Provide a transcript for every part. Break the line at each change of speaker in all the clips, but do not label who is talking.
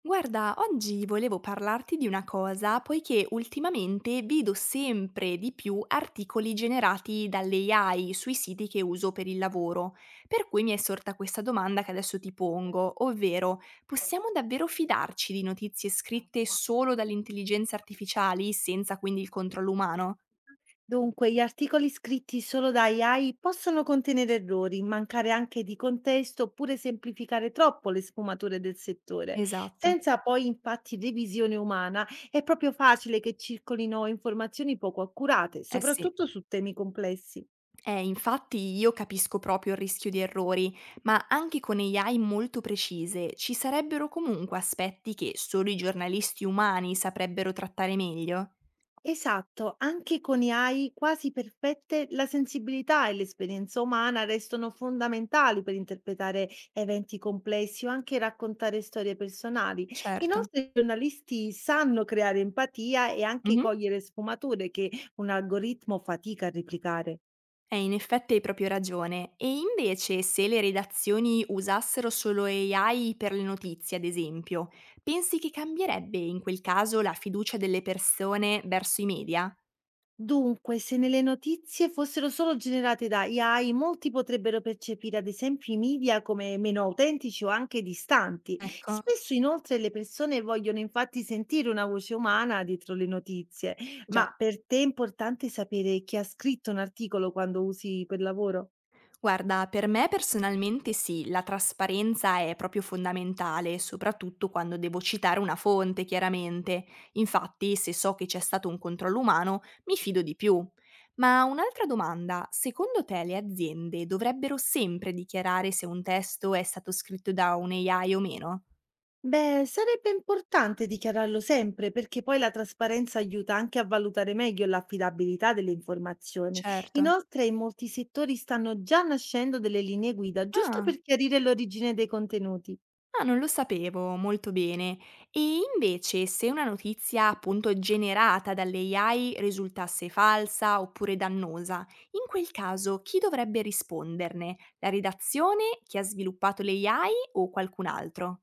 Guarda, oggi volevo parlarti di una cosa, poiché ultimamente vedo sempre di più articoli generati dall'AI sui siti che uso per il lavoro, per cui mi è sorta questa domanda che adesso ti pongo, ovvero possiamo davvero fidarci di notizie scritte solo dalle intelligenze artificiali senza quindi il controllo umano?
Dunque, gli articoli scritti solo da AI possono contenere errori, mancare anche di contesto oppure semplificare troppo le sfumature del settore.
Esatto,
Senza poi infatti revisione umana, è proprio facile che circolino informazioni poco accurate,
eh sì.
soprattutto su temi complessi.
Infatti io capisco proprio il rischio di errori, ma anche con AI molto precise ci sarebbero comunque aspetti che solo i giornalisti umani saprebbero trattare meglio.
Esatto, anche con AI quasi perfette, la sensibilità e l'esperienza umana restano fondamentali per interpretare eventi complessi o anche raccontare storie personali. Inoltre, i
Certo.
nostri giornalisti sanno creare empatia e anche
Mhm.
cogliere sfumature che un algoritmo fatica a replicare.
In effetti hai proprio ragione. E invece, se le redazioni usassero solo AI per le notizie, ad esempio, pensi che cambierebbe in quel caso la fiducia delle persone verso i media?
Dunque, se nelle notizie fossero solo generate da AI, molti potrebbero percepire ad esempio i media come meno autentici o anche distanti.
Ecco,
Spesso inoltre le persone vogliono infatti sentire una voce umana dietro le notizie, ma
già.
per te è importante sapere chi ha scritto un articolo quando usi quel lavoro?
Guarda, per me personalmente sì, la trasparenza è proprio fondamentale, soprattutto quando devo citare una fonte, chiaramente. Infatti, se so che c'è stato un controllo umano, mi fido di più. Ma un'altra domanda: secondo te le aziende dovrebbero sempre dichiarare se un testo è stato scritto da un AI o meno?
Beh, sarebbe importante dichiararlo sempre perché poi la trasparenza aiuta anche a valutare meglio l'affidabilità delle informazioni.
Certo.
Inoltre, in molti settori stanno già nascendo delle linee guida, giusto
Ah.
per chiarire l'origine dei contenuti.
Ah, non lo sapevo molto bene. E invece, se una notizia appunto generata dall'AI risultasse falsa oppure dannosa, in quel caso chi dovrebbe risponderne? La redazione, chi ha sviluppato l'AI o qualcun altro?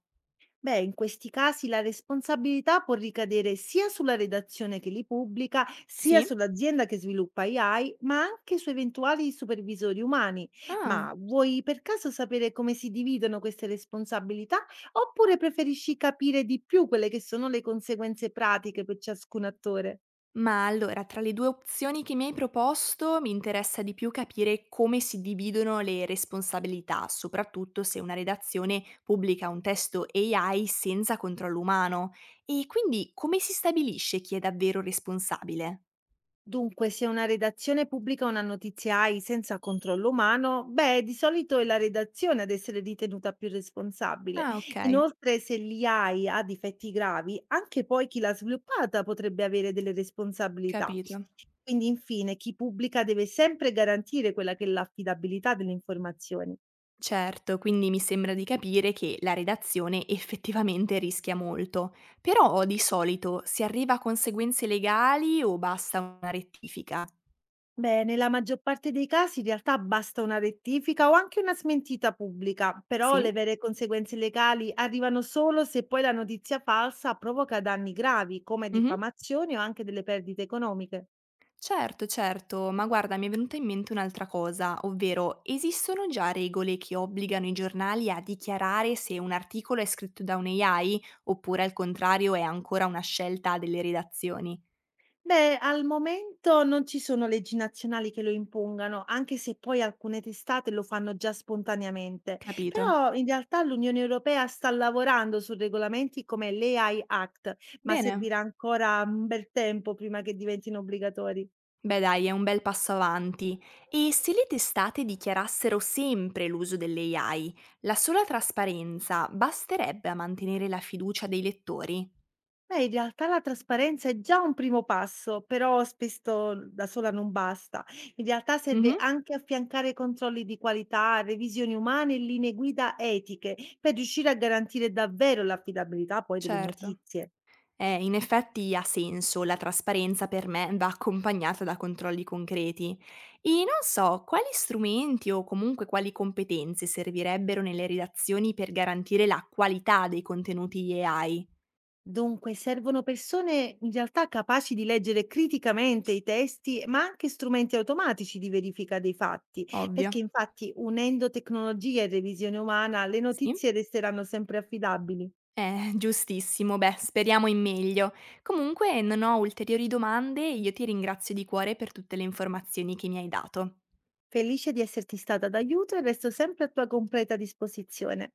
Beh, in questi casi la responsabilità può ricadere sia sulla redazione che li pubblica, sia
Sì?
sull'azienda che sviluppa AI, ma anche su eventuali supervisori umani.
Ah.
Ma vuoi per caso sapere come si dividono queste responsabilità oppure preferisci capire di più quelle che sono le conseguenze pratiche per ciascun attore?
Ma allora, tra le 2 opzioni che mi hai proposto, mi interessa di più capire come si dividono le responsabilità, soprattutto se una redazione pubblica un testo AI senza controllo umano. E quindi come si stabilisce chi è davvero responsabile?
Dunque, se una redazione pubblica una notizia AI senza controllo umano, beh, di solito è la redazione ad essere ritenuta più responsabile.
Ah, ok,
Inoltre, se l'AI ha difetti gravi, anche poi chi l'ha sviluppata potrebbe avere delle responsabilità.
capito.
Quindi, infine, chi pubblica deve sempre garantire quella che è l'affidabilità delle informazioni.
Certo, quindi mi sembra di capire che la redazione effettivamente rischia molto, però di solito si arriva a conseguenze legali o basta una rettifica?
Beh, nella maggior parte dei casi in realtà basta una rettifica o anche una smentita pubblica, però le
Sì?
vere conseguenze legali arrivano solo se poi la notizia falsa provoca danni gravi, come
Mhm.
diffamazioni o anche delle perdite economiche.
Certo, certo, ma guarda, mi è venuta in mente un'altra cosa, ovvero esistono già regole che obbligano i giornali a dichiarare se un articolo è scritto da un AI, oppure al contrario è ancora una scelta delle redazioni?
Beh, al momento non ci sono leggi nazionali che lo impongano, anche se poi alcune testate lo fanno già spontaneamente.
Capito?
Però in realtà l'Unione Europea sta lavorando su regolamenti come l'AI Act, ma
Bene.
servirà ancora un bel tempo prima che diventino obbligatori.
Beh dai, è un bel passo avanti. E se le testate dichiarassero sempre l'uso delle AI, la sola trasparenza basterebbe a mantenere la fiducia dei lettori?
Beh, in realtà la trasparenza è già un primo passo, però spesso da sola non basta. In realtà serve
Mhm,
anche affiancare controlli di qualità, revisioni umane e linee guida etiche per riuscire a garantire davvero l'affidabilità poi delle
certo.
notizie.
In effetti ha senso, la trasparenza per me va accompagnata da controlli concreti. E non so, quali strumenti o comunque quali competenze servirebbero nelle redazioni per garantire la qualità dei contenuti AI?
Dunque, servono persone in realtà capaci di leggere criticamente i testi, ma anche strumenti automatici di verifica dei fatti,
Ovvio.
perché infatti unendo tecnologia e revisione umana le
Sì?
notizie resteranno sempre affidabili.
Giustissimo, beh, speriamo in meglio. Comunque non ho ulteriori domande, io ti ringrazio di cuore per tutte le informazioni che mi hai dato.
Felice di esserti stata d'aiuto e resto sempre a tua completa disposizione.